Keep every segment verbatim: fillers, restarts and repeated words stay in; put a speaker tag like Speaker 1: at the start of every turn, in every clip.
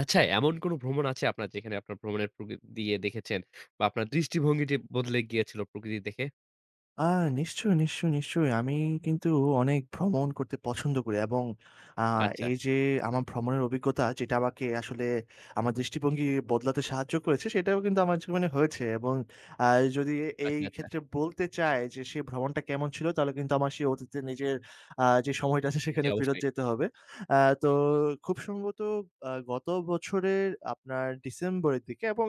Speaker 1: আচ্ছা, এমন কোন ভ্রমণ আছে আপনার যেখানে আপনার ভ্রমণের প্রকৃতি দিয়ে দেখেছেন বা আপনার দৃষ্টিভঙ্গিটি বদলে গিয়েছিল প্রকৃতি দেখে?
Speaker 2: আ নিশ্চয়ই, নিশ্চয়ই, নিশ্চয়ই। আমি কিন্তু অনেক ভ্রমণ করতে পছন্দ করি এবং আ
Speaker 1: আচ্ছা,
Speaker 2: এই যে আমার ভ্রমণের অভিজ্ঞতা যেটা আমাকে আসলে আমার দৃষ্টিভঙ্গি বদলাতে সাহায্য করেছে, সেটাও কিন্তু আমার জীবনে হয়েছে এবং আ যদি এই
Speaker 1: আচ্ছা, আচ্ছা।
Speaker 2: ক্ষেত্রে বলতে চাই যে সেই ভ্রমণটা কেমন ছিল? তাহলে কিন্তু আমার সেই অতীতে নিজের আ যে সময়টা আছে
Speaker 1: জি,
Speaker 2: সেখানে ফেরত
Speaker 1: অবশ্যই।
Speaker 2: যেতে হবে। আ তো খুব সম্ভবত আ গত বছরের আপনার ডিসেম্বরের দিকে এবং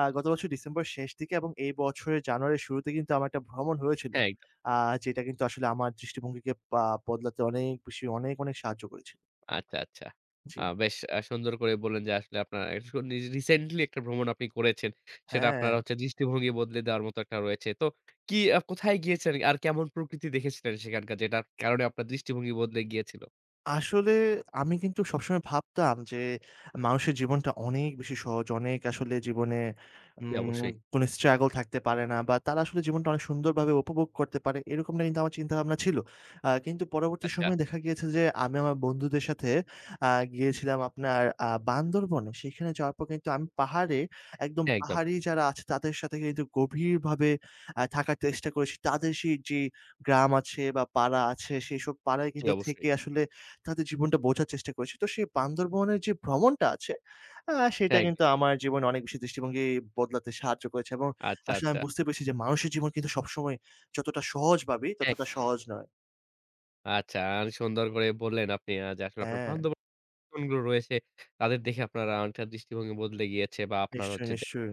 Speaker 2: আ গত বছর ডিসেম্বর শেষ দিকে এবং এই বছরের জানুয়ারির শুরুতে কিন্তু আমার একটা ভ্রমণ হয়েছিল।
Speaker 1: হ্যাঁ, একদম।
Speaker 2: আ যেটা কিন্তু আসলে আমার দৃষ্টিভঙ্গিকে পা বদলাতে অনেক বেশি অনেক, অনেক সাহায্য করেছিল।
Speaker 1: আচ্ছা, আচ্ছা।
Speaker 2: জি।
Speaker 1: আ বেশ আ সুন্দর করে বললেন যে আসলে আপনার এখন রি রিসেন্টলি একটা ভ্রমণ আপনি করেছেন। সেটা
Speaker 2: হ্যাঁ।
Speaker 1: আপনার হচ্ছে দৃষ্টিভঙ্গি বদলে দেওয়ার মতো একটা রয়েছে। তো কি আ কোথায় গিয়েছেন আর কেমন প্রকৃতি দেখেছিলেন সেখানকার যেটার কারণে আপনার দৃষ্টিভঙ্গি বদলে গিয়েছিল?
Speaker 2: আসলে আমি কিন্তু সবসময় ভাবতাম যে মানুষের জীবনটা অনেক বেশি সহজ। অনেক আসলে জীবনে
Speaker 1: জি,
Speaker 2: উম
Speaker 1: অবশ্যই।
Speaker 2: কোনো struggle থাকতে পারে না বা তারা আসলে জীবনটা অনেক সুন্দরভাবে উপভোগ করতে পারে। এরকমটা কিন্তু আমার চিন্তাভাবনা ছিল। আ কিন্তু পরবর্তী
Speaker 1: আচ্ছা।
Speaker 2: সময়ে দেখা গিয়েছে যে আমি আমার বন্ধুদের সাথে আ গিয়েছিলাম আপনার আ বান্দরবনে। সেখানে যাওয়ার পর কিন্তু আমি পাহাড়ে একদম
Speaker 1: হ্যাঁ, একদম।
Speaker 2: পাহাড়ি যারা আছে তাদের সাথে কিন্তু গভীরভাবে আ থাকার চেষ্টা করেছি। তাদের সেই যে গ্রাম আছে বা পাড়া আছে সেসব পাড়ায়
Speaker 1: জি,
Speaker 2: কিন্তু
Speaker 1: অবশ্যই।
Speaker 2: থেকে আসলে তাদের জীবনটা বোঝার চেষ্টা করেছি। তো সেই বান্দরবনের যে ভ্রমণটা আছে, আ সেটা
Speaker 1: হ্যাঁ,
Speaker 2: কিন্তু
Speaker 1: একদম।
Speaker 2: আমার জীবনে অনেক বেশি দৃষ্টিভঙ্গি বদলাতে সাহায্য করেছে এবং
Speaker 1: আচ্ছা,
Speaker 2: আসলে আমি
Speaker 1: আচ্ছা।
Speaker 2: বুঝতে পেরেছি যে মানুষের জীবন কিন্তু সবসময় যতটা সহজ ভাবি
Speaker 1: হ্যাঁ।
Speaker 2: ততটা সহজ নয়।
Speaker 1: আচ্ছা, অনেক সুন্দর করে বললেন আপনি আ যে আসলে আপনার
Speaker 2: হ্যাঁ,
Speaker 1: বান্ধব গুলো রয়েছে, তাদের দেখে আপনার আ অনেকটা দৃষ্টিভঙ্গি বদলে গিয়েছে বা আপনার
Speaker 2: নিশ্চয়ই,
Speaker 1: হচ্ছে যে
Speaker 2: নিশ্চয়ই।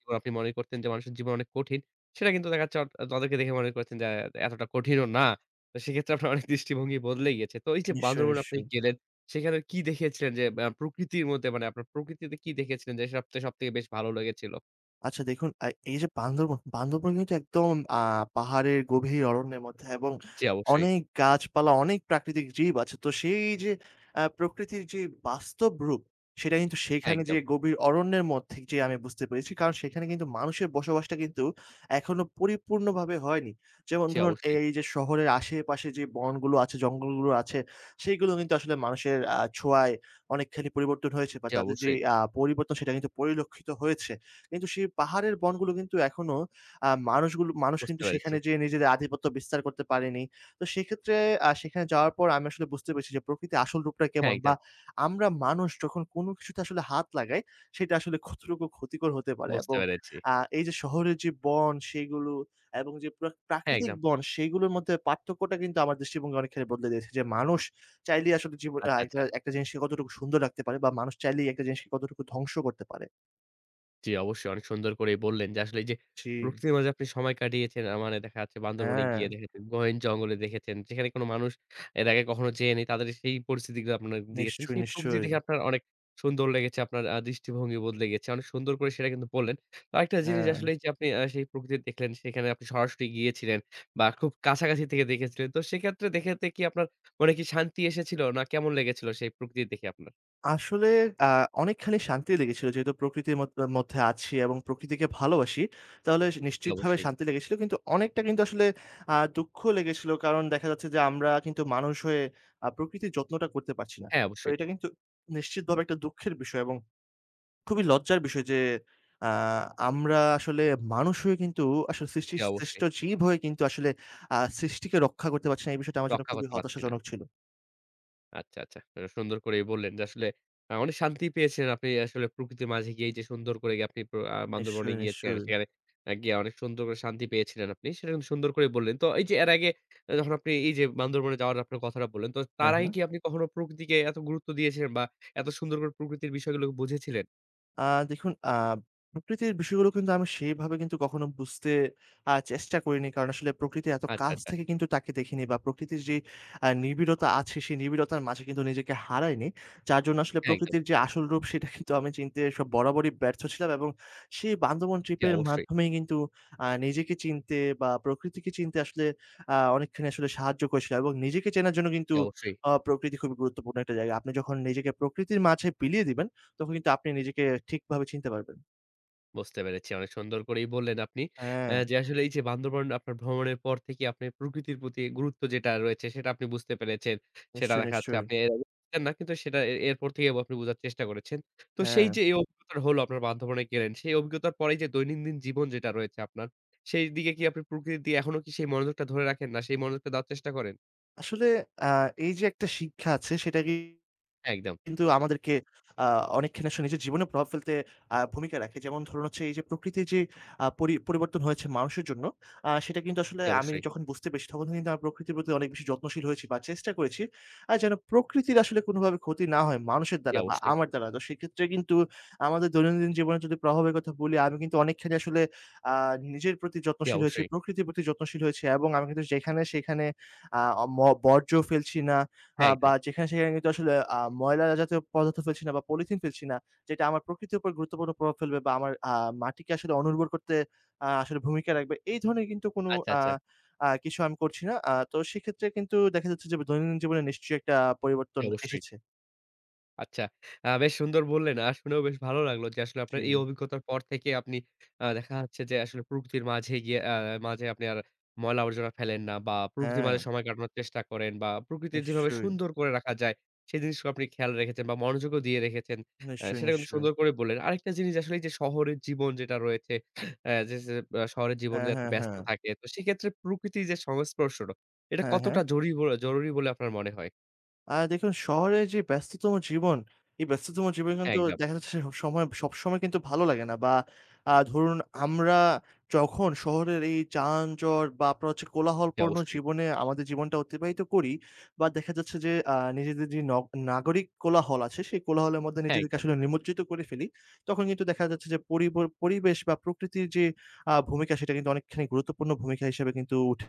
Speaker 1: জীবন আপনি মনে করতেন যে মানুষের জীবন অনেক কঠিন। সেটা কিন্তু দেখা যাচ্ছে অ তাদেরকে দেখে মনে করছেন যে এতটা কঠিনও না। তো সেক্ষেত্রে আপনার অনেক দৃষ্টিভঙ্গি বদলে গিয়েছে। তো এই যে
Speaker 2: নিশ্চয়ই,
Speaker 1: বান্দরবন আপনি
Speaker 2: নিশ্চয়ই।
Speaker 1: গেলেন, সেখানে কি দেখেছিলেন যে আ প্রকৃতির মধ্যে মানে আপনার প্রকৃতিতে কি দেখেছিলেন যে সবথেকে সবথেকে বেশ ভালো লেগেছিল?
Speaker 2: আচ্ছা দেখুন আ এই যে বান্দরবন, বান্দরবন কিন্তু একদম আ পাহাড়ের গভীর অরণ্যের মধ্যে এবং
Speaker 1: জি, অবশ্যই।
Speaker 2: অনেক গাছপালা, অনেক প্রাকৃতিক জীব আছে। তো সেই যে আ প্রকৃতির যে বাস্তব রূপ, সেটা কিন্তু
Speaker 1: হ্যাঁ,
Speaker 2: সেখানে যে
Speaker 1: একদম।
Speaker 2: গভীর অরণ্যের মধ্যে যেয়ে আমি বুঝতে পেরেছি। কারণ সেখানে কিন্তু মানুষের বসবাসটা কিন্তু এখনো পরিপূর্ণভাবে হয়নি। যেমন
Speaker 1: জি,
Speaker 2: ধরুন
Speaker 1: অবশ্যই।
Speaker 2: এই যে শহরের আশেপাশে যে বনগুলো আছে, জঙ্গলগুলো আছে, সেইগুলো কিন্তু আসলে মানুষের আ ছোঁয়ায় অনেকখানি পরিবর্তন হয়েছে বা
Speaker 1: জি,
Speaker 2: তাদের যে
Speaker 1: অবশ্যই।
Speaker 2: আ পরিবর্তন সেটা কিন্তু পরিলক্ষিত হয়েছে। কিন্তু সেই পাহাড়ের বনগুলো কিন্তু এখনো আ মানুষগুলো মানুষ
Speaker 1: বুঝতে
Speaker 2: কিন্তু
Speaker 1: পেরেছি।
Speaker 2: সেখানে যেয়ে নিজেদের আধিপত্য বিস্তার করতে পারেনি। তো সেক্ষেত্রে আ সেখানে যাওয়ার পর আমি আসলে বুঝতে পেরেছি যে প্রকৃতির আসল রূপটা
Speaker 1: হ্যাঁ,
Speaker 2: কেমন বা
Speaker 1: একদম।
Speaker 2: আমরা মানুষ যখন কোনো কিছুতে আসলে হাত লাগাই সেটা আসলে কতটুকু ক্ষতিকর হতে পারে
Speaker 1: বুঝতে
Speaker 2: এবং
Speaker 1: পেরেছি।
Speaker 2: আ এই যে শহরের যে বন সেগুলো এবং যে প্রাক
Speaker 1: হ্যাঁ,
Speaker 2: প্রাকৃতিক
Speaker 1: একদম।
Speaker 2: বন সেগুলোর মধ্যে পার্থক্যটা কিন্তু আমার দৃষ্টিভঙ্গি অনেকখানি বদলে দিয়েছে। যে মানুষ চাইলেই আসলে জীব আ
Speaker 1: আচ্ছা, আচ্ছা।
Speaker 2: একটা একটা জিনিসকে কতটুকু সুন্দর রাখতে পারে বা মানুষ চাইলেই একটা জিনিসকে কতটুকু ধ্বংস করতে পারে।
Speaker 1: জি, অবশ্যই, অনেক সুন্দর করেই বললেন যে আসলে এই যে
Speaker 2: জি।
Speaker 1: প্রকৃতির মাঝে আপনি সময় কাটিয়েছেন। আ মানে দেখা যাচ্ছে বান্দরবনে
Speaker 2: হ্যাঁ,
Speaker 1: গিয়ে দেখেছেন, গহীন জঙ্গলে দেখেছেন। যেখানে কোনো মানুষ এর আগে কখনো যেয়েনি তাদের সেই পরিস্থিতিগুলো আপনারা দেখেছেন।
Speaker 2: নিশ্চয়ই,
Speaker 1: সেই প্রকৃতি
Speaker 2: নিশ্চয়ই।
Speaker 1: দেখে আপনার অনেক সুন্দর লেগেছে। আপনার আ দৃষ্টিভঙ্গি বদলে গেছে। অনেক সুন্দর করে সেটা কিন্তু বললেন। তো আরেকটা জিনিস
Speaker 2: হ্যাঁ,
Speaker 1: আসলে এই যে আপনি আ সেই প্রকৃতি দেখলেন, সেখানে আপনি সরাসরি গিয়েছিলেন বা খুব কাছাকাছি থেকে দেখেছিলেন। তো সেক্ষেত্রে দেখতে কি আপনার মনে কি শান্তি এসেছিল না কেমন লেগেছিল সেই প্রকৃতি দেখে আপনার?
Speaker 2: আসলে আ অনেকখানি শান্তি লেগেছিল যেহেতু প্রকৃতির মত মধ্যে আছি এবং প্রকৃতিকে ভালোবাসি, তাহলে স
Speaker 1: জি,
Speaker 2: নিশ্চিতভাবে
Speaker 1: অবশ্যই।
Speaker 2: শান্তি লেগেছিল। কিন্তু অনেকটা কিন্তু আসলে আ দুঃখ লেগেছিল। কারণ দেখা যাচ্ছে যে আমরা কিন্তু মানুষ হয়ে আ প্রকৃতির যত্নটা করতে পারছি না।
Speaker 1: হ্যাঁ,
Speaker 2: তো
Speaker 1: অবশ্যই।
Speaker 2: এটা কিন্তু নিশ্চিতভাবে একটা দুঃখের বিষয় এবং খুবই লজ্জার বিষয় যে আ আমরা আসলে মানুষ হয়ে কিন্তু আসলে সৃষ্টি
Speaker 1: জি,
Speaker 2: শ্রেষ্ঠ
Speaker 1: অবশ্যই।
Speaker 2: জীব হয়ে কিন্তু আসলে আ সৃষ্টিকে রক্ষা করতে পারছি না। এই বিষয়টা আমার জন্য
Speaker 1: রক্ষা
Speaker 2: খুবই
Speaker 1: করতে পারছি না।
Speaker 2: হতাশাজনক ছিল।
Speaker 1: আচ্ছা, আচ্ছা। আ সুন্দর করেই বললেন যে আসলে আ অনেক শান্তি পেয়েছেন আপনি আসলে প্রকৃতির মাঝে গিয়ে যে সুন্দর করে গিয়ে আপনি প্র আ বান্দরবনে
Speaker 2: নিশ্চয়ই,
Speaker 1: গিয়েছিলেন।
Speaker 2: নিশ্চয়ই।
Speaker 1: সেখানে আ গিয়ে অনেক সুন্দর করে শান্তি পেয়েছিলেন আপনি। সেটা কিন্তু সুন্দর করে বললেন। তো এই যে এর আগে আ যখন আপনি এই যে বান্দরবনে যাওয়ার আপনার কথাটা বললেন, তো তার
Speaker 2: হ্যাঁ,
Speaker 1: আগে
Speaker 2: হ্যাঁ।
Speaker 1: কি আপনি কখনো প্রকৃতিকে এত গুরুত্ব দিয়েছিলেন বা এত সুন্দর করে প্রকৃতির বিষয়গুলোকে বুঝেছিলেন?
Speaker 2: আ দেখুন আ প্রকৃতির বিষয়গুলো কিন্তু আমি সেইভাবে কিন্তু কখনো বুঝতে আ চেষ্টা করিনি। কারণ আসলে প্রকৃতি এত
Speaker 1: আচ্ছা,
Speaker 2: কাছ
Speaker 1: আচ্ছা।
Speaker 2: থেকে কিন্তু তাকে দেখিনি বা প্রকৃতির যে আ নিবিড়তা আছে, সেই নিবিড়তার মাঝে কিন্তু নিজেকে হারাইনি। যার জন্য আসলে
Speaker 1: হ্যাঁ, একদম।
Speaker 2: প্রকৃতির যে আসল রূপ সেটা কিন্তু আমি চিনতে সব বরাবরই ব্যর্থ ছিলাম এবং সেই বান্দরবন
Speaker 1: জি,
Speaker 2: ট্রিপের
Speaker 1: অবশ্যই।
Speaker 2: মাধ্যমেই কিন্তু আ নিজেকে চিনতে বা প্রকৃতিকে চিনতে আসলে আ অনেকখানি আসলে সাহায্য করেছিল এবং নিজেকে চেনার জন্য
Speaker 1: জি,
Speaker 2: কিন্তু
Speaker 1: অবশ্যই।
Speaker 2: আ প্রকৃতি খুবই গুরুত্বপূর্ণ একটা জায়গা। আপনি যখন নিজেকে প্রকৃতির মাঝে বিলিয়ে দিবেন তখন কিন্তু আপনি নিজেকে ঠিকভাবে চিনতে পারবেন।
Speaker 1: বুঝতে পেরেছি। অনেক সুন্দর করেই বললেন আপনি।
Speaker 2: হ্যাঁ,
Speaker 1: অ্যা যে আসলে এই যে বান্দরবন আপনার ভ্রমণের পর থেকে আপনি প্রকৃতির প্রতি গুরুত্ব যেটা রয়েছে সেটা আপনি বুঝতে পেরেছেন। সেটা
Speaker 2: নিশ্চয়ই,
Speaker 1: দেখা যাচ্ছে
Speaker 2: নিশ্চয়ই।
Speaker 1: আপনি এর আগে বুঝতেন না কিন্তু সেটা এ এরপর থেকে আপনি বোঝার চেষ্টা করেছেন। তো সেই
Speaker 2: হ্যাঁ,
Speaker 1: যে এই অভিজ্ঞতাটা হলো আপনার বান্ধবনে গেলেন, সেই অভিজ্ঞতার পরেই যে দৈনন্দিন জীবন যেটা রয়েছে আপনার, সেই দিকে কি আপনি প্রকৃতির দিয়ে এখনো কি সেই মনোযোগটা ধরে রাখেন না সেই মনোযোগটা দেওয়ার চেষ্টা করেন?
Speaker 2: আসলে আ এই যে একটা শিক্ষা আছে সেটা কি
Speaker 1: হ্যাঁ, একদম।
Speaker 2: কিন্তু আমাদেরকে আ অনেকখানি আসলে নিজের জীবনেও প্রভাব ফেলতে আ ভূমিকা রাখে। যেমন ধরুন হচ্ছে এই যে প্রকৃতির যে আ পরি পরিবর্তন হয়েছে মানুষের জন্য, আ সেটা কিন্তু আসলে
Speaker 1: জি
Speaker 2: আমি
Speaker 1: অবশ্যই,
Speaker 2: যখন বুঝতে পেরেছি তখন কিন্তু আমি প্রকৃতির প্রতি অনেক বেশি যত্নশীল হয়েছি বা চেষ্টা করেছি। আ যেন প্রকৃতির আসলে কোনোভাবে ক্ষতি না হয় মানুষের
Speaker 1: জি
Speaker 2: দ্বারা বা
Speaker 1: অবশ্যই,
Speaker 2: আমার দ্বারা। তো সেক্ষেত্রে কিন্তু আমাদের দৈনন্দিন জীবনে যদি প্রভাবের কথা বলি, আমি কিন্তু অনেকখানি আসলে আ নিজের প্রতি
Speaker 1: জি
Speaker 2: যত্নশীল হয়েছি,
Speaker 1: অবশ্যই।
Speaker 2: প্রকৃতির প্রতি যত্নশীল হয়েছি এবং আমি কিন্তু যেখানে সেখানে আ ম বর্জ্য ফেলছি না। আ
Speaker 1: হ্যাঁ,
Speaker 2: বা
Speaker 1: একদম।
Speaker 2: যেখানে সেখানে কিন্তু আসলে আ ময়লা জাতীয় পদার্থ ফেলছি না বা পলিথিন ফেলছি না। যেটা আমার প্রকৃতির উপর গুরুত্বপূর্ণ প্রভাব ফেলবে বা আমার আ মাটিকে আসলে অনুর্বর করতে আ আসলে ভূমিকা রাখবে। এই ধরনের কিন্তু কোনো
Speaker 1: আচ্ছা,
Speaker 2: আ
Speaker 1: আচ্ছা।
Speaker 2: আ কিছু আমি করছি না। আ তো সেক্ষেত্রে কিন্তু দেখা যাচ্ছে যে দৈনন্দিন জীবনে নিশ্চয়ই একটা
Speaker 1: জি
Speaker 2: পরিবর্তন
Speaker 1: অবশ্যই।
Speaker 2: এসেছে।
Speaker 1: আচ্ছা। আ বেশ সুন্দর বললেন। আর শুনেও বেশ ভালো লাগলো যে আসলে আপনার
Speaker 2: জি।
Speaker 1: এই অভিজ্ঞতার পর থেকে আপনি আ দেখা যাচ্ছে যে আসলে প্রকৃতির মাঝে গিয়ে আ মাঝে আপনি আর ময়লা আবর্জনা ফেলেন না বা প্রকৃতির
Speaker 2: হ্যাঁ,
Speaker 1: মাঝে সময় কাটানোর চেষ্টা করেন বা প্রকৃতির যেভাবে
Speaker 2: নিশ্চয়ই,
Speaker 1: সুন্দর করে রাখা যায়, সেই জিনিসগুলো আপনি খেয়াল রেখেছেন বা মনোযোগও দিয়ে রেখেছেন। আ
Speaker 2: নিশ্চয়ই,
Speaker 1: সেটা কিন্তু
Speaker 2: নিশ্চয়ই।
Speaker 1: সুন্দর করে বললেন। আরেকটা জিনিস আসলে এই যে শহরের জীবন যেটা রয়েছে, আ যে যে আ শহরের জীবন
Speaker 2: হ্যাঁ,
Speaker 1: যে এত
Speaker 2: হ্যাঁ,
Speaker 1: ব্যস্ত
Speaker 2: হ্যাঁ।
Speaker 1: থাকে। তো সেক্ষেত্রে প্রকৃতির যে সংস্পর্শটা, এটা
Speaker 2: হ্যাঁ, হ্যাঁ।
Speaker 1: কতটা জরুরি বলে জরুরি বলে আপনার মনে হয়?
Speaker 2: আর দেখুন শহরের যে ব্যস্ততম জীবন, এই ব্যস্ততম জীবনে
Speaker 1: হ্যাঁ,
Speaker 2: কিন্তু
Speaker 1: একদম।
Speaker 2: দেখা যাচ্ছে সব সময় সবসময় কিন্তু ভালো লাগে না। বা আ ধরুন আমরা যখন শহরের এই যানজট বা আপনার হচ্ছে
Speaker 1: জি,
Speaker 2: কোলাহলপূর্ণ
Speaker 1: অবশ্যই।
Speaker 2: জীবনে আমাদের জীবনটা অতিবাহিত করি বা দেখা যাচ্ছে যে আ নিজেদের যে ন নাগরিক কোলাহল আছে সেই কোলাহলের মধ্যে
Speaker 1: হ্যাঁ,
Speaker 2: নিজেদেরকে
Speaker 1: একদম।
Speaker 2: আসলে নিমজ্জিত করে ফেলি। তখন কিন্তু দেখা যাচ্ছে যে পরিব পরিবেশ বা প্রকৃতির যে আ ভূমিকা সেটা কিন্তু অনেকখানি গুরুত্বপূর্ণ ভূমিকা হিসেবে কিন্তু উঠে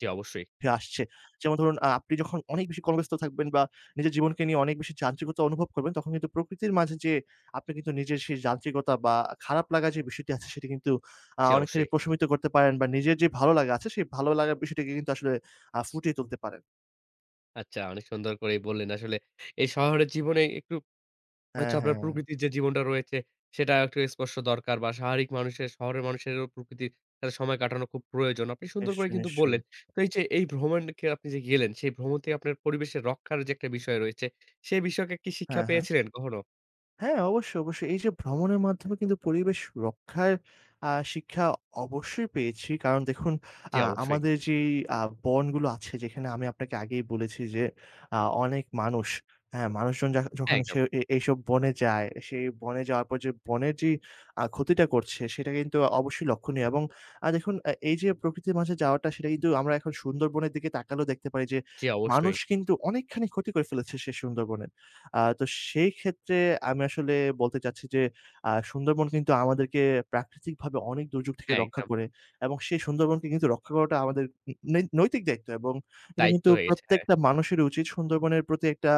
Speaker 1: জি, অবশ্যই,
Speaker 2: আসছে। যেমন ধরুন আ আপনি যখন অনেক বেশি কর্মব্যস্ত থাকবেন বা নিজের জীবনকে নিয়ে অনেক বেশি যান্ত্রিকতা অনুভব করবেন, তখন কিন্তু প্রকৃতির মাঝে যে আপনি কিন্তু নিজের সেই যান্ত্রিকতা বা খারাপ লাগা যে বিষয়টি আছে সেটি কিন্তু আ
Speaker 1: জি,
Speaker 2: অনেকখানি
Speaker 1: অবশ্যই।
Speaker 2: প্রশমিত করতে পারেন বা নিজের যে ভালো লাগা আছে সেই ভালো লাগার বিষয়টিকে কিন্তু আসলে আ ফুটিয়ে তুলতে পারেন।
Speaker 1: আচ্ছা, অনেক সুন্দর করেই বললেন আসলে এই শহরের জীবনে একটু
Speaker 2: হ্যাঁ,
Speaker 1: হচ্ছে আপনার
Speaker 2: হ্যাঁ।
Speaker 1: প্রকৃতির যে জীবনটা রয়েছে সেটা একটু স্পর্শ দরকার বা স্বাভাবিক মানুষের শহরের মানুষেরও প্রকৃতির সাথে সময় কাটানো খুব প্রয়োজন। আপনি সুন্দর করে
Speaker 2: নিশ্চয়ই,
Speaker 1: কিন্তু
Speaker 2: নিশ্চয়ই।
Speaker 1: বললেন। তো এই যে এই ভ্রমণকে আপনি যে গেলেন সেই ভ্রমণ থেকে আপনার পরিবেশের রক্ষার যে একটা বিষয় রয়েছে সেই বিষয়কে কি শিক্ষা
Speaker 2: হ্যাঁ, হ্যাঁ।
Speaker 1: পেয়েছিলেন কখনো?
Speaker 2: হ্যাঁ, অবশ্যই, অবশ্যই। এই যে ভ্রমণের মাধ্যমে কিন্তু পরিবেশ রক্ষার আ শিক্ষা অবশ্যই পেয়েছি। কারণ দেখুন
Speaker 1: জি,
Speaker 2: আ
Speaker 1: অবশ্যই।
Speaker 2: আমাদের যেই আ বনগুলো আছে যেখানে আমি আপনাকে আগেই বলেছি যে আ অনেক মানুষ, হ্যাঁ, মানুষজন যা যখন
Speaker 1: হ্যাঁ, একদম।
Speaker 2: হচ্ছে এ এইসব বনে যায়, সেই বনে যাওয়ার পর যে বনের যে আ ক্ষতিটা করছে সেটা কিন্তু অবশ্যই লক্ষণীয় এবং আ দেখুন আ এই যে প্রকৃতির মাঝে যাওয়াটা সেটা কিন্তু আমরা এখন সুন্দরবনের দিকে তাকালেও দেখতে পারি যে
Speaker 1: জি, অবশ্যই।
Speaker 2: মানুষ কিন্তু অনেকখানি ক্ষতি করে ফেলেছে সেই সুন্দরবনের। আ তো সেই ক্ষেত্রে আমি আসলে বলতে চাচ্ছি যে আ সুন্দরবন কিন্তু আমাদেরকে প্রাকৃতিকভাবে অনেক দুর্যোগ থেকে
Speaker 1: হ্যাঁ,
Speaker 2: রক্ষা
Speaker 1: একদম।
Speaker 2: করে এবং সেই সুন্দরবনকে কিন্তু রক্ষা করাটা আমাদের ন নৈ নৈতিক দায়িত্ব এবং এটা
Speaker 1: দায়িত্ব
Speaker 2: কিন্তু
Speaker 1: হয়ে গেছে। হ্যাঁ,
Speaker 2: প্রত্যেকটা মানুষেরই উচিত সুন্দরবনের প্রতি একটা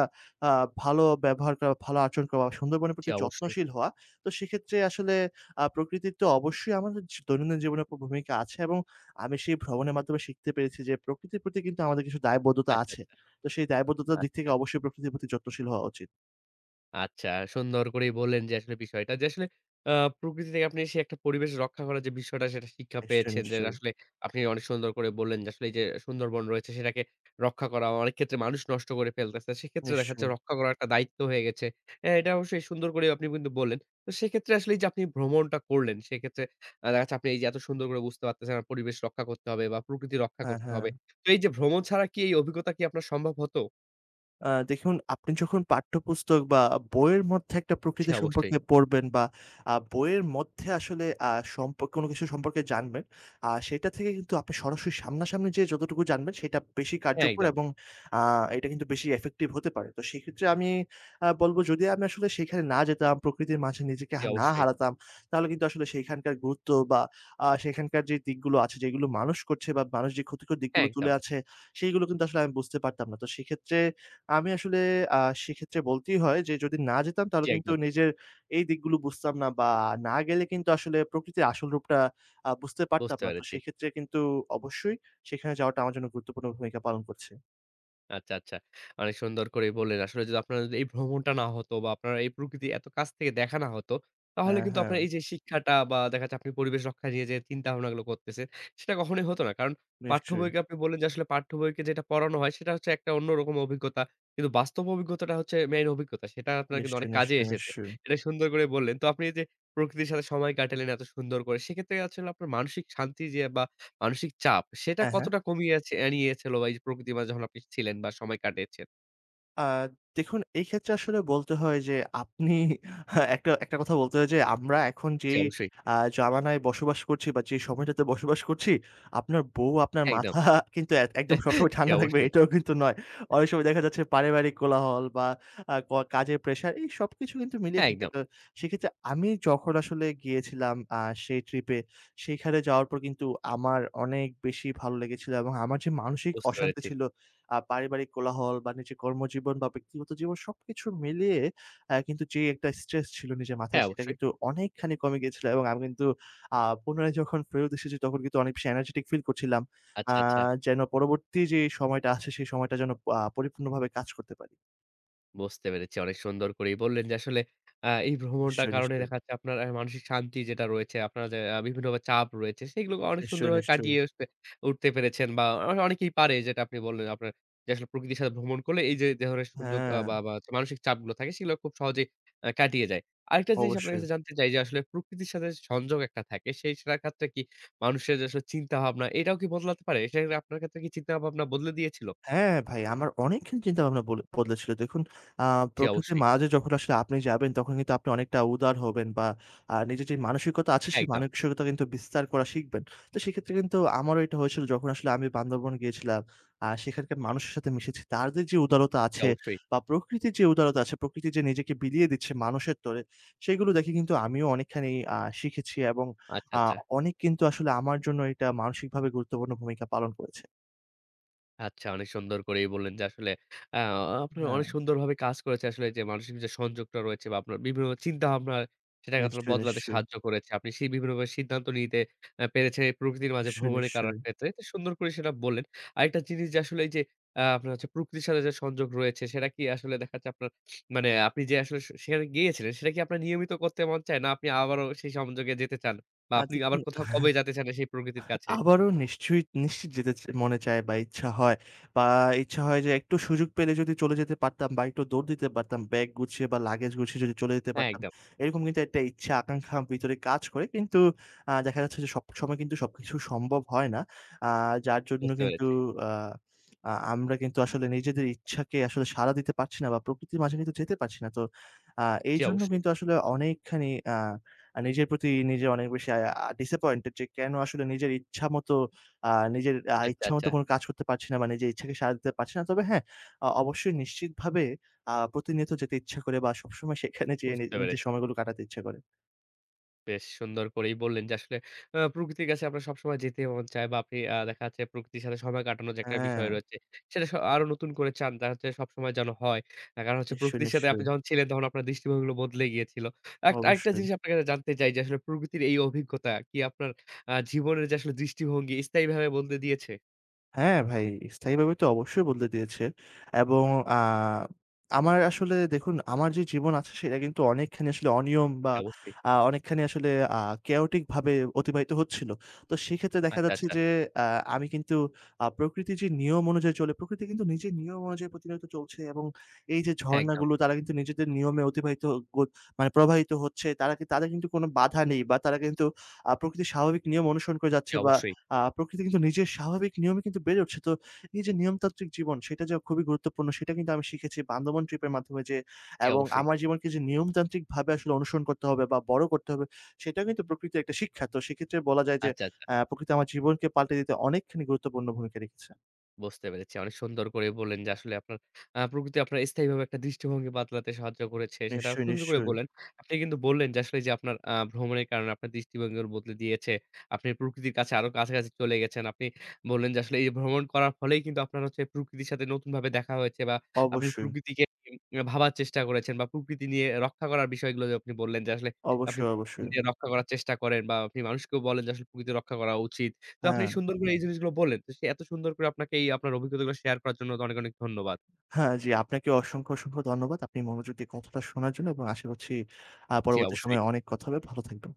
Speaker 2: আ ভালো ব্যবহার করা, ভালো আচরণ করা, সুন্দরবনের
Speaker 1: জি,
Speaker 2: প্রতি
Speaker 1: অবশ্যই।
Speaker 2: যত্নশীল হওয়া। তো সেক্ষেত্রে আসলে আ প্রকৃতির তো অবশ্যই আমাদের জ দৈনন্দিন জীবনের উপর ভূমিকা আছে এবং আমি সেই ভ্রমণের মাধ্যমে শিখতে পেরেছি যে প্রকৃতির প্রতি কিন্তু আমাদের কিছু দায়বদ্ধতা
Speaker 1: আচ্ছা,
Speaker 2: আছে।
Speaker 1: আচ্ছা,
Speaker 2: তো সেই দায়বদ্ধতার দিক থেকে
Speaker 1: আচ্ছা।
Speaker 2: অবশ্যই প্রকৃতির প্রতি যত্নশীল হওয়া উচিত।
Speaker 1: আচ্ছা, সুন্দর করেই বললেন যে আসলে বিষয়টা যে আসলে আ প্রকৃতি থেকে আপনি এসে একটা পরিবেশ রক্ষা করার যে বিষয়টা সেটা শিক্ষা
Speaker 2: নিশ্চয়ই,
Speaker 1: পেয়েছেন। যে
Speaker 2: নিশ্চয়ই,
Speaker 1: আসলে আপনি অনেক সুন্দর করে বললেন যে আসলে এই যে সুন্দরবন রয়েছে সেটাকে রক্ষা করা অনেক ক্ষেত্রে মানুষ নষ্ট করে ফেলতেছে। সেক্ষেত্রে দেখা যাচ্ছে
Speaker 2: নিশ্চয়ই।
Speaker 1: রক্ষা করার একটা দায়িত্ব হয়ে গেছে। হ্যাঁ, এটা অবশ্যই সুন্দর করে আপনি কিন্তু বললেন। তো সেক্ষেত্রে আসলে এই যে আপনি ভ্রমণটা করলেন সেক্ষেত্রে আ দেখা যাচ্ছে আপনি এই যে এত সুন্দর করে বুঝতে পারতেছেন আর পরিবেশ রক্ষা করতে হবে বা প্রকৃতি রক্ষা
Speaker 2: হ্যাঁ,
Speaker 1: করতে
Speaker 2: হ্যাঁ।
Speaker 1: হবে। তো এই যে ভ্রমণ ছাড়া কি এই অভিজ্ঞতা কি আপনার সম্ভব হতো?
Speaker 2: আ দেখুন আপনি যখন পাঠ্যপুস্তক বা বইয়ের মধ্যে একটা
Speaker 1: জি
Speaker 2: প্রকৃতি
Speaker 1: অবশ্যই।
Speaker 2: সম্পর্কে পড়বেন বা আ বইয়ের মধ্যে আসলে আ সম্পর্ক কোনো কিছু সম্পর্কে জানবেন, আ সেটা থেকে কিন্তু আপনি সরাসরি সামনাসামনি যেয়ে যতটুকু জানবেন সেটা বেশি
Speaker 1: হ্যাঁ,
Speaker 2: কার্যকর
Speaker 1: একদম।
Speaker 2: এবং আ এটা কিন্তু বেশি effective হতে পারে। তো সেক্ষেত্রে আমি আ বলব যদি আমি আসলে সেখানে না যেতাম, প্রকৃতির মাঝে নিজেকে
Speaker 1: জি
Speaker 2: হা না
Speaker 1: অবশ্যই।
Speaker 2: হারাতাম, তাহলে কিন্তু আসলে সেইখানকার গুরুত্ব বা আ সেখানকার যে দিকগুলো আছে, যেগুলো মানুষ করছে বা মানুষ যে ক্ষতিকর
Speaker 1: হ্যাঁ,
Speaker 2: দিকগুলো
Speaker 1: একদম।
Speaker 2: তুলে আছে, সেইগুলো কিন্তু আসলে আমি বুঝতে পারতাম না। তো সেক্ষেত্রে আমি আসলে আ সেক্ষেত্রে বলতেই হয় যে যদি না যেতাম
Speaker 1: জি,
Speaker 2: তাহলে কিন্তু
Speaker 1: একদম।
Speaker 2: নিজের এই দিকগুলো বুঝতাম না বা না গেলে কিন্তু আসলে প্রকৃতির আসল রূপটা আ বুঝতে পারতাম
Speaker 1: বুঝতে
Speaker 2: না। তো
Speaker 1: পেরেছি।
Speaker 2: সেক্ষেত্রে কিন্তু অবশ্যই সেখানে যাওয়াটা আমার জন্য গুরুত্বপূর্ণ ভূমিকা পালন করছে।
Speaker 1: আচ্ছা, আচ্ছা। অনেক সুন্দর করেই বললেন। আসলে যদি আপনার যদি এই ভ্রমণটা না হতো বা আপনার এই প্রকৃতি এত কাছ থেকে দেখা না হতো, তাহলে
Speaker 2: হ্যাঁ,
Speaker 1: কিন্তু
Speaker 2: হ্যাঁ।
Speaker 1: আপনার এই যে শিক্ষাটা বা দেখা যাচ্ছে আপনি পরিবেশ রক্ষা নিয়ে যে চিন্তাভাবনাগুলো করতেছেন, সেটা কখনোই হতো না। কারণ পাঠ্য
Speaker 2: নিশ্চয়ই,
Speaker 1: বইকে আপনি বললেন যে আসলে পাঠ্য বইকে যেটা পড়ানো হয় সেটা হচ্ছে একটা অন্যরকম অভিজ্ঞতা। কিন্তু বাস্তব অভিজ্ঞতাটা হচ্ছে মেইন অভিজ্ঞতা। সেটা আপনার কিন্তু অনেক
Speaker 2: নিশ্চয়ই,
Speaker 1: কাজে
Speaker 2: নিশ্চয়ই,
Speaker 1: এসেছে।
Speaker 2: নিশ্চয়ই।
Speaker 1: এটা সুন্দর করে বললেন। তো আপনি এই যে প্রকৃতির সাথে সময় কাটালেন এত সুন্দর করে। সেক্ষেত্রে আসলে আপনার মানসিক শান্তি যে বা মানসিক চাপ সেটা
Speaker 2: হ্যাঁ, হ্যাঁ।
Speaker 1: কতটা কমিয়ে আছে আ নিয়েছিল বা এই যে প্রকৃতির মাঝে যখন আপনি ছিলেন বা সময় কাটিয়েছেন?
Speaker 2: আ দেখুন এই ক্ষেত্রে আসলে বলতে হয় যে আপনি একটা একটা কথা বলতে হয় যে আমরা এখন
Speaker 1: জি
Speaker 2: যেই
Speaker 1: অবশ্যই।
Speaker 2: আ জামানায় বসবাস করছি বা যে সময়টাতে বসবাস করছি, আপনার বউ আপনার
Speaker 1: একদম।
Speaker 2: মাথা কিন্তু এক একদম সবসময়
Speaker 1: জি
Speaker 2: ঠান্ডা থাকবে
Speaker 1: অবশ্যই।
Speaker 2: এটাও কিন্তু নয়। অনেক সময় দেখা যাচ্ছে পারিবারিক কোলাহল বা আ ক কাজের প্রেশার এই সবকিছু কিন্তু মিলিয়ে
Speaker 1: হ্যাঁ,
Speaker 2: থাকে।
Speaker 1: একদম।
Speaker 2: তো সেক্ষেত্রে আমি যখন আসলে গিয়েছিলাম আ সেই ট্রিপে সেইখানে যাওয়ার পর কিন্তু আমার অনেক বেশি ভালো লেগেছিল এবং আমার যে মানসিক
Speaker 1: বুঝতে
Speaker 2: অশান্তি
Speaker 1: পেরেছি।
Speaker 2: ছিল আ পারিবারিক কোলাহল বা নিজের কর্মজীবন বা ব্যক্তিগত জীবন সবকিছু মিলিয়ে অ্যা কিন্তু যে একটা স্ট্রেস ছিল নিজের
Speaker 1: হ্যাঁ,
Speaker 2: মাথায় সেটা
Speaker 1: অবশ্যই।
Speaker 2: কিন্তু অনেকখানি কমে গিয়েছিল এবং আমি কিন্তু আ পুনরায় যখন ফেরত এসেছি তখন কিন্তু অনেক বেশি এনার্জেটিক ফিল করছিলাম। আ
Speaker 1: আচ্ছা, আচ্ছা।
Speaker 2: যেন পরবর্তী যে সময়টা আছে সেই সময়টা যেন আ পরিপূর্ণভাবে কাজ করতে পারি।
Speaker 1: বুঝতে পেরেছি। অনেক সুন্দর করেই বললেন যে আসলে আ এই ভ্রমণটার
Speaker 2: নিশ্চয়ই,
Speaker 1: কারণে
Speaker 2: নিশ্চয়ই।
Speaker 1: দেখা যাচ্ছে আপনার আ মানসিক শান্তি যেটা রয়েছে, আপনার যে আ বিভিন্ন চাপ রয়েছে সেগুলোকে অনেক
Speaker 2: নিশ্চয়ই,
Speaker 1: সুন্দরভাবে
Speaker 2: নিশ্চয়ই।
Speaker 1: কাটিয়ে উঠতে উঠতে পেরেছেন বা অ অনেকেই পারে যেটা আপনি বললেন আপনার যে আসলে প্রকৃতির সাথে ভ্রমণ করলে এই যে ধরনের সংযোগ আ
Speaker 2: হ্যাঁ,
Speaker 1: বা বা হচ্ছে মানসিক চাপগুলো থাকে সেগুলো খুব সহজেই আ কাটিয়ে যায়। আরেকটা জিনিস আপনার
Speaker 2: অবশ্যই।
Speaker 1: কাছে জানতে চাই যে আসলে প্রকৃতির সাথে সংযোগ একটা থাকে সেই সেটার ক্ষেত্রে কি মানুষের যে আসলে চিন্তাভাবনা এটাও কি বদলাতে পারে? সেটা আপনার ক্ষেত্রে কি চিন্তাভাবনা বদলে দিয়েছিল?
Speaker 2: হ্যাঁ, ভাই আমার অনেকখানি চিন্তাভাবনা বল বদলেছিল। দেখুন আ
Speaker 1: জি
Speaker 2: প্রকৃতির
Speaker 1: অবশ্যই।
Speaker 2: মাঝে যখন আসলে আপনি যাবেন তখন কিন্তু আপনি অনেকটা উদার হবেন বা আ নিজের যে মানসিকতা আছে সেই
Speaker 1: একদম।
Speaker 2: মানসিকতা কিন্তু বিস্তার করা শিখবেন। তো সেক্ষেত্রে কিন্তু আমারও এটা হয়েছিল যখন আসলে আমি বান্দরবন গিয়েছিলাম। আর সেখানকার মানুষের সাথে মিশেছি। তাদের যে উদারতা
Speaker 1: জি
Speaker 2: আছে
Speaker 1: অবশ্যই।
Speaker 2: বা প্রকৃতির যে উদারতা আছে, প্রকৃতি যে নিজেকে বিলিয়ে দিচ্ছে মানুষের তরে, সেগুলো দেখে কিন্তু আমিও অনেকখানি আ শিখেছি এবং
Speaker 1: আচ্ছা,
Speaker 2: আ
Speaker 1: আচ্ছা।
Speaker 2: অনেক কিন্তু আসলে আমার জন্য এটা মানসিকভাবে গুরুত্বপূর্ণ ভূমিকা পালন করেছে।
Speaker 1: আচ্ছা, অনেক সুন্দর করেই বললেন যে আসলে আ আপনি
Speaker 2: হ্যাঁ,
Speaker 1: অনেক সুন্দরভাবে কাজ করেছে আসলে যে মানসিক যে সংযোগটা রয়েছে বা আপনার বিভিন্ন চিন্তাভাবনা সেটাকে আসলে
Speaker 2: নিশ্চয়ই,
Speaker 1: বদলাতে
Speaker 2: নিশ্চয়ই।
Speaker 1: সাহায্য করেছে। আপনি সেই বিভিন্নভাবে সিদ্ধান্ত নিতে আ পেরেছে প্রকৃতির মাঝে
Speaker 2: নিশ্চয়ই,
Speaker 1: ভ্রমণে করার
Speaker 2: নিশ্চয়ই।
Speaker 1: ক্ষেত্রে। তো সুন্দর করে সেটা বললেন। আরেকটা জিনিস যে আসলে এই যে আ আপনার হচ্ছে প্রকৃতির সাথে যে সংযোগ রয়েছে সেটা কি আসলে দেখা যাচ্ছে আপনার মানে আপনি যে আসলে সে সেখানে গিয়েছিলেন সেটা কি আপনার নিয়মিত করতে মন চায়? না আপনি আবারও সেই সংযোগে যেতে চান? বা
Speaker 2: আর
Speaker 1: আপনি
Speaker 2: দেখুন
Speaker 1: আবার কোথাও কবে যেতে চান সেই প্রকৃতির কাছে?
Speaker 2: আবারও নিশ্চয়ই নিশ্চিত যেতে চা মনে চায় বা ইচ্ছা হয় বা ইচ্ছা হয় যে একটু সুযোগ পেলে যদি চলে যেতে পারতাম বা একটু দৌড় দিতে পারতাম ব্যাগ গুছিয়ে বা লাগেজ গুছিয়ে যদি চলে যেতে
Speaker 1: হ্যাঁ,
Speaker 2: পারতাম।
Speaker 1: একদম।
Speaker 2: এরকম কিন্তু একটা ইচ্ছা আকাঙ্খা ভিতরে কাজ করে। কিন্তু আ দেখা যাচ্ছে যে সবসময় কিন্তু সবকিছু সম্ভব হয় না। আ যার জন্য
Speaker 1: বুঝতে
Speaker 2: কিন্তু
Speaker 1: পেরেছি।
Speaker 2: আ আ আমরা কিন্তু আসলে নিজেদের ইচ্ছাকে আসলে সাড়া দিতে পারছি না বা প্রকৃতির মাঝে কিন্তু যেতে পারছি না। তো আ
Speaker 1: জি,
Speaker 2: এইজন্য
Speaker 1: অবশ্যই।
Speaker 2: কিন্তু আসলে অনেকখানি আ আ নিজের প্রতি নিজে অনেক বেশি আ ডিসঅ্যাপয়েন্টেড যে কেন আসলে নিজের ইচ্ছামতো আ নিজের আ
Speaker 1: আচ্ছা, আচ্ছা।
Speaker 2: ইচ্ছামতো কোনো কাজ করতে পারছি না বা নিজের ইচ্ছাকে সাড়া দিতে পারছি না। তবে হ্যাঁ, আ অবশ্যই নিশ্চিতভাবে আ প্রতিনিয়ত যেতে ইচ্ছা করে বা সবসময় সেখানে যেয়ে নি
Speaker 1: বুঝতে
Speaker 2: নিজের
Speaker 1: পেরেছি।
Speaker 2: সময়গুলো কাটাতে ইচ্ছা করে।
Speaker 1: বেশ সুন্দর করেই বললেন যে আসলে আ প্রকৃতির কাছে আপনার সবসময় যেতে মন চায় বা আপনি আ দেখা যাচ্ছে প্রকৃতির সাথে সময় কাটানোর যে একটা
Speaker 2: হ্যাঁ,
Speaker 1: বিষয় রয়েছে, সেটা স আরো নতুন করে চান। দেখা যাচ্ছে সবসময় যেন হয়। আ কারণ হচ্ছে
Speaker 2: নিশ্চয়ই,
Speaker 1: প্রকৃতির সাথে আপনি
Speaker 2: নিশ্চয়ই।
Speaker 1: যখন ছিলেন তখন আপনার দৃষ্টিভঙ্গিগুলো বদলে গিয়েছিল। একটা আরেকটা
Speaker 2: অবশ্যই।
Speaker 1: জিনিস আপনার কাছে জানতে চাই যে আসলে প্রকৃতির এই অভিজ্ঞতা কি আপনার আ জীবনের যে আসলে দৃষ্টিভঙ্গি স্থায়ীভাবে বদলে দিয়েছে?
Speaker 2: হ্যাঁ ভাই, স্থায়ীভাবে তো অবশ্যই বদলে দিয়েছে। এবং আ আমার আসলে দেখুন আমার যে জীবন আছে সেটা কিন্তু অনেকখানি আসলে অনিয়ম বা
Speaker 1: জি, অবশ্যই।
Speaker 2: আ অনেকখানি আসলে আ chaotic ভাবে অতিবাহিত হচ্ছিল। তো সেক্ষেত্রে দেখা
Speaker 1: আচ্ছা,
Speaker 2: যাচ্ছে
Speaker 1: আচ্ছা।
Speaker 2: যে আ আমি কিন্তু আ প্রকৃতির যে নিয়ম অনুযায়ী চলে, প্রকৃতি কিন্তু নিজের নিয়ম অনুযায়ী প্রতিনিয়ত চলছে এবং এই যে
Speaker 1: হ্যাঁ, একদম।
Speaker 2: ঝরনাগুলো তারা কিন্তু নিজেদের নিয়মে অতিবাহিত গ মানে প্রবাহিত হচ্ছে। তারা কি তাদের কিন্তু কোনো বাধা নেই বা তারা কিন্তু আ প্রকৃতির স্বাভাবিক নিয়ম অনুসরণ করে
Speaker 1: জি,
Speaker 2: যাচ্ছে বা
Speaker 1: অবশ্যই।
Speaker 2: আ প্রকৃতি কিন্তু নিজের স্বাভাবিক নিয়মে কিন্তু বেড়ে উঠছে। তো এই যে নিয়মতান্ত্রিক জীবন সেটা যে খুবই গুরুত্বপূর্ণ সেটা কিন্তু আমি শিখেছি বান্দরবন ট্রিপ এর মাধ্যমে যে
Speaker 1: জি,
Speaker 2: এবং
Speaker 1: অবশ্যই।
Speaker 2: আমার জীবনকে যে নিয়মতান্ত্রিকভাবে আসলে অনুসরণ করতে হবে বা বড় করতে হবে সেটাও কিন্তু প্রকৃতির একটা শিক্ষা। তো সেক্ষেত্রে বলা যায় যে
Speaker 1: আচ্ছা, আচ্ছা।
Speaker 2: আ প্রকৃতি আমার জীবনকে পাল্টে দিতে অনেকখানি গুরুত্বপূর্ণ ভূমিকা রেখেছে।
Speaker 1: বুঝতে পেরেছি। অনেক সুন্দর করে বললেন যে আসলে আপনার আ প্রকৃতি আপনার স্থায়ীভাবে একটা দৃষ্টিভঙ্গি বদলাতে সাহায্য করেছে। সেটা
Speaker 2: নিশ্চয়ই,
Speaker 1: সুন্দর করে
Speaker 2: নিশ্চয়ই।
Speaker 1: বললেন। আপনি কিন্তু বললেন যে আসলে যে আপনার আ ভ্রমণের কারণে আপনার দৃষ্টিভঙ্গি বদলে দিয়েছে। আপনি প্রকৃতির কাছে আরো কাছাকাছি চলে গেছেন। আপনি বললেন যে আসলে এই ভ্রমণ করার ফলেই কিন্তু আপনার হচ্ছে প্রকৃতির সাথে নতুনভাবে দেখা হয়েছে বা আপনি
Speaker 2: অবশ্যই,
Speaker 1: প্রকৃতিকে উম ভাবার চেষ্টা করেছেন বা প্রকৃতি নিয়ে রক্ষা করার বিষয়গুলো যে আপনি বললেন যে আসলে আপনি
Speaker 2: অবশ্যই,
Speaker 1: প্রকৃতি
Speaker 2: অবশ্যই।
Speaker 1: নিয়ে রক্ষা করার চেষ্টা করেন বা আপনি মানুষকেও বলেন যে আসলে প্রকৃতি রক্ষা করা উচিত। তো আপনি
Speaker 2: হ্যাঁ,
Speaker 1: সুন্দর করে এই জিনিসগুলো বললেন। তো সে এত সুন্দর করে আপনাকে এই আপনার অভিজ্ঞতাগুলো শেয়ার করার জন্য অনেক, অনেক ধন্যবাদ।
Speaker 2: হ্যাঁ, জি আপনাকে অসংখ্য, অসংখ্য ধন্যবাদ। আপনি মনোযোগ দিয়ে কথাটা শোনার জন্য এবং আশা করছি আ
Speaker 1: জি,
Speaker 2: পরবর্তী
Speaker 1: অবশ্যই।
Speaker 2: সময়ে অনেক কথা হবে। ভালো থাকবেন।